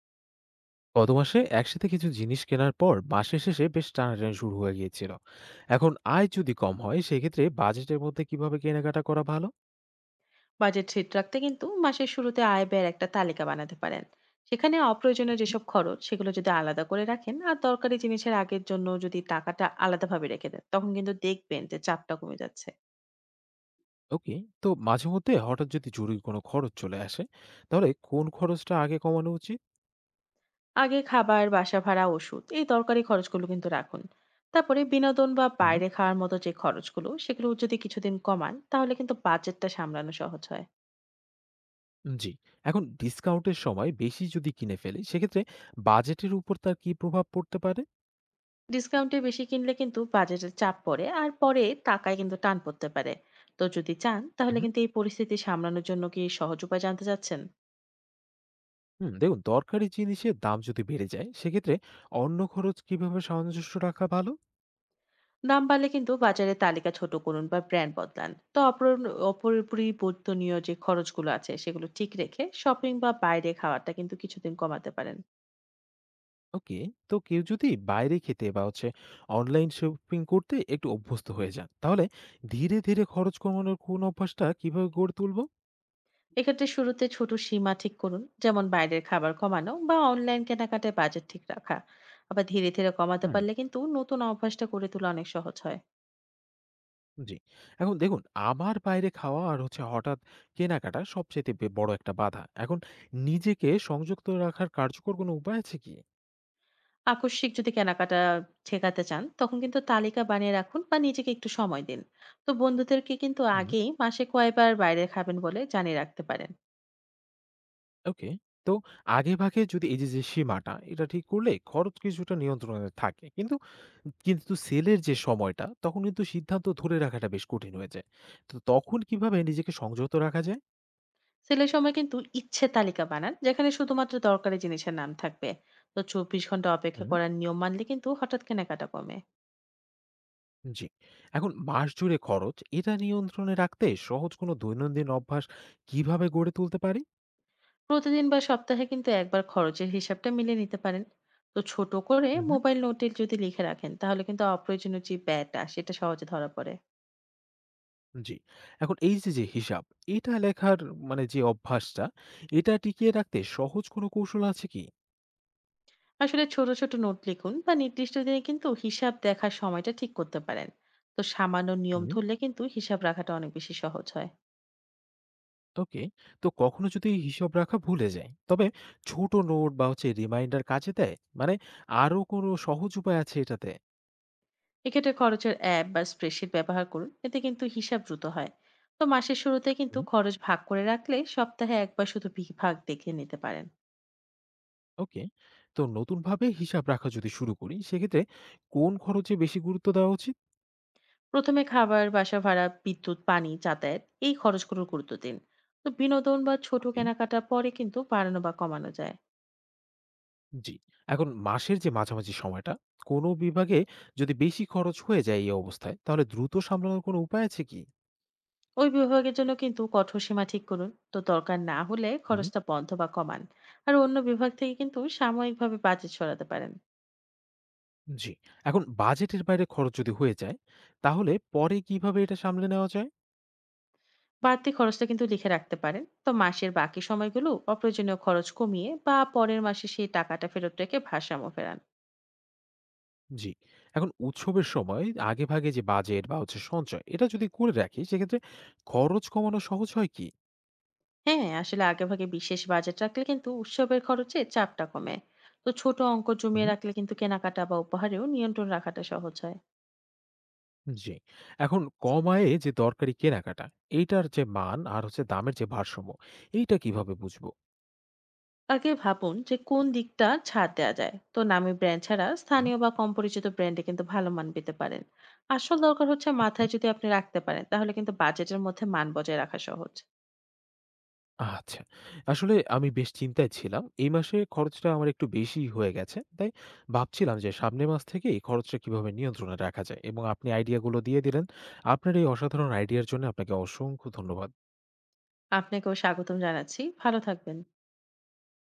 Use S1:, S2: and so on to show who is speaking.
S1: গত মাসে একসাথে কিছু জিনিস কেনার পর মাসের শেষে বেশ টানাটানি শুরু হয়ে গিয়েছিল। এখন আয় যদি কম হয়, সেক্ষেত্রে বাজেটের মধ্যে কিভাবে কেনাকাটা করা ভালো?
S2: বাজেট ঠিক রাখতে কিন্তু মাসের শুরুতে আয় ব্যয়ের একটা তালিকা বানাতে পারেন। সেখানে অপ্রয়োজনীয়
S1: হুম।
S2: যেসব খরচ সেগুলো যদি আলাদা করে রাখেন আর দরকারি জিনিসের আগের জন্য যদি টাকাটা আলাদাভাবে রেখে দেন তখন কিন্তু দেখবেন যে চাপটা কমে যাচ্ছে।
S1: ওকে। তো মাঝে মধ্যে হঠাৎ যদি জরুরি কোনো খরচ চলে আসে, তাহলে কোন খরচটা আগে কমানো উচিত?
S2: আগে খাবার, বাসা ভাড়া, ওষুধ এই দরকারি খরচগুলো কিন্তু রাখুন। তারপরে বিনোদন বা
S1: হুম।
S2: বাইরে খাওয়ার মতো যে খরচগুলো সেগুলো যদি কিছুদিন কমান তাহলে কিন্তু বাজেটটা সামলানো সহজ হয়।
S1: জি। এখন ডিসকাউন্টের সময় বেশি যদি কিনে ফেলি, সেক্ষেত্রে বাজেটের উপর তার কি প্রভাব পড়তে পারে?
S2: ডিসকাউন্টে বেশি কিনলে কিন্তু বাজেটের চাপ পড়ে আর পরে টাকায় কিন্তু টান পড়তে পারে। তো যদি চান তাহলে
S1: হুম।
S2: কিন্তু এই পরিস্থিতি সামলানোর জন্য কি সহজ উপায় জানতে চাচ্ছেন?
S1: হুম, দেখুন, দরকারি জিনিসের দাম যদি বেড়ে যায়, সেক্ষেত্রে অন্য খরচ কিভাবে সামঞ্জস্য রাখা ভালো?
S2: দাম বাড়লে কিন্তু বাজারে তালিকা ছোট করুন বা ব্র্যান্ড বদলান। তো অপরিবর্তনীয় যে খরচগুলো আছে সেগুলো ঠিক রেখে শপিং বা বাইরে খাওয়াটা কিন্তু কিছুদিন কমাতে পারেন।
S1: ওকে। তো কেউ যদি বাইরে খেতে বা হচ্ছে অনলাইন শপিং করতে একটু অভ্যস্ত হয়ে যান, তাহলে ধীরে ধীরে খরচ কমানোর কোন অভ্যাসটা কিভাবে গড়ে তুলবো?
S2: এক্ষেত্রে শুরুতে ছোট সীমা ঠিক করুন, যেমন বাইরের খাবার কমানো বা অনলাইন কেনাকাটায় বাজেট ঠিক রাখা। আবার ধীরে ধীরে কমাতে
S1: হুম।
S2: পারলে কিন্তু নতুন অভ্যাসটা করে তোলা অনেক সহজ হয়।
S1: জি। এখন দেখুন, আমার বাইরে খাওয়া আর হচ্ছে হঠাৎ কেনাকাটা সবচেয়ে বড় একটা বাধা এখন। নিজেকে সংযুক্ত রাখার কার্যকর কোনো উপায় আছে কি?
S2: আকস্মিক যদি কেনাকাটা ঠেকাতে চান, তখন কিন্তু তালিকা বানিয়ে রাখুন বা নিজেকে একটু সময় দিন। তো বন্ধুদেরকে কিন্তু আগেই মাসে কয়বার বাইরে খাবেন বলে জানিয়ে রাখতে পারেন।
S1: ওকে। তো আগেভাগে যদি এই যে, যে সীমাটা, এটা ঠিক করলে খরচ কিছুটা নিয়ন্ত্রণে থাকে। কিন্তু কিন্তু সেলের যে সময়টা, তখন কিন্তু সিদ্ধান্ত ধরে রাখাটা বেশ কঠিন হয়ে যায়। তো তখন কিভাবে নিজেকে সংযত রাখা যায়?
S2: সেলের সময় কিন্তু ইচ্ছে তালিকা বানান, যেখানে শুধুমাত্র দরকারি জিনিসের নাম থাকবে। তো ২৪ ঘন্টা অপেক্ষা
S1: হুম।
S2: করার নিয়ম মানলে কিন্তু হঠাৎ কেনাকাটা কমে।
S1: জি। এখন মাস জুড়ে খরচ, এটা নিয়ন্ত্রণে রাখতে সহজ কোনো দৈনন্দিন অভ্যাস কিভাবে গড়ে তুলতে পারি?
S2: প্রতিদিন বা সপ্তাহে কিন্তু একবার খরচের হিসাবটা মিলিয়ে নিতে পারেন। তো ছোট করে
S1: হু, হুম।
S2: মোবাইল নোটে যদি লিখে রাখেন, তাহলে কিন্তু অপ্রয়োজনীয় যে ব্যয়টা সেটা সহজে ধরা পড়ে।
S1: জি। এখন এই যে, যে হিসাব, এটা লেখার মানে যে অভ্যাসটা, এটা টিকিয়ে রাখতে সহজ কোনো কৌশল আছে কি?
S2: আসলে ছোট ছোট নোট লিখুন বা নির্দিষ্ট দিনে কিন্তু হিসাব দেখার সময়টা ঠিক করতে পারেন। তো সামান্য নিয়ম
S1: হুম।
S2: ধরলে কিন্তু হিসাব রাখাটা অনেক বেশি সহজ হয়।
S1: ওকে। তো কখনো যদি হিসাব রাখা ভুলে যায়, তবে ছোট নোট বা হচ্ছে রিমাইন্ডার কাজে দেয়। মানে, আরো কোনো সহজ উপায় আছে এটাতে?
S2: এক্ষেত্রে খরচের অ্যাপ বা স্প্রেডশিট ব্যবহার করুন, এতে কিন্তু হিসাব দ্রুত হয়। তো মাসের শুরুতে কিন্তু
S1: হুম।
S2: খরচ ভাগ করে রাখলে সপ্তাহে একবার শুধু বিভাগ দেখে নিতে পারেন।
S1: ওকে। তো নতুন ভাবে হিসাব রাখা যদি শুরু করি, সেক্ষেত্রে কোন খরচে বেশি গুরুত্ব দেওয়া উচিত?
S2: প্রথমে খাবার, বাসা ভাড়া, বিদ্যুৎ, পানি, যাতায়াত এই খরচগুলোর গুরুত্ব দিন। তো বিনোদন বা ছোট
S1: ওকে।
S2: কেনাকাটা পরে কিন্তু বাড়ানো বা কমানো যায়।
S1: জি। এখন মাসের যে মাঝামাঝি সময়টা কোনো বিভাগে যদি বেশি খরচ হয়ে যায়, এই অবস্থায় তাহলে দ্রুত সামলানোর কোনো উপায় আছে কি?
S2: ওই বিভাগের জন্য কিন্তু কঠোর সীমা ঠিক করুন। তো দরকার না হলে
S1: হুম।
S2: খরচটা বন্ধ বা কমান। আর অন্য বিভাগ থেকে কিন্তু সাময়িকভাবে বাজেট সরাতে পারেন।
S1: জি। এখন বাজেটের বাইরে খরচ যদি হয়ে যায়, তাহলে পরে কিভাবে এটা সামলে নেওয়া যায়?
S2: বাড়তি খরচটা কিন্তু লিখে রাখতে পারেন। তো মাসের বাকি সময়গুলো অপ্রয়োজনীয় খরচ কমিয়ে বা পরের মাসে সেই টাকাটা ফেরত রেখে ভারসাম্য ফেরান।
S1: জি। এখন উৎসবের সময় আগেভাগে যে বাজেট বা হচ্ছে সঞ্চয়, এটা যদি করে রাখি, সেক্ষেত্রে খরচ কমানো সহজ হয় কি?
S2: হ্যাঁ, আসলে আগেভাগে বিশেষ বাজেট রাখলে কিন্তু উৎসবের খরচে চাপটা কমে। তো ছোট অঙ্ক
S1: হুম।
S2: জমিয়ে রাখলে কিন্তু কেনাকাটা বা উপহারেও নিয়ন্ত্রণ রাখাটা সহজ হয়।
S1: জি। এখন কম আয়ে যে দরকারি কেনাকাটা, এইটার যে মান আর হচ্ছে দামের যে ভারসাম্য, এইটা কিভাবে বুঝবো?
S2: আগে ভাবুন যে কোন দিকটা ছাড় দেওয়া যায়। তো নামি ব্র্যান্ড ছাড়া
S1: হুম,
S2: স্থানীয় বা কম পরিচিত ব্র্যান্ডে কিন্তু ভালো মান পেতে পারেন। আসল দরকার হচ্ছে
S1: ওকে।
S2: মাথায় যদি আপনি রাখতে পারেন তাহলে কিন্তু বাজেটের মধ্যে মান বজায় রাখা সহজ।
S1: আচ্ছা। আসলে আমি বেশ চিন্তায় ছিলাম। এই মাসে খরচটা আমার একটু বেশিই হয়ে গেছে। তাই ভাবছিলাম যে সামনের মাস থেকে এই খরচটা কিভাবে নিয়ন্ত্রণে রাখা যায়, এবং আপনি আইডিয়াগুলো দিয়ে দিলেন। আপনার এই অসাধারণ আইডিয়ার জন্য আপনাকে অসংখ্য ধন্যবাদ।
S2: আপনাকেও স্বাগতম জানাচ্ছি, ভালো থাকবেন।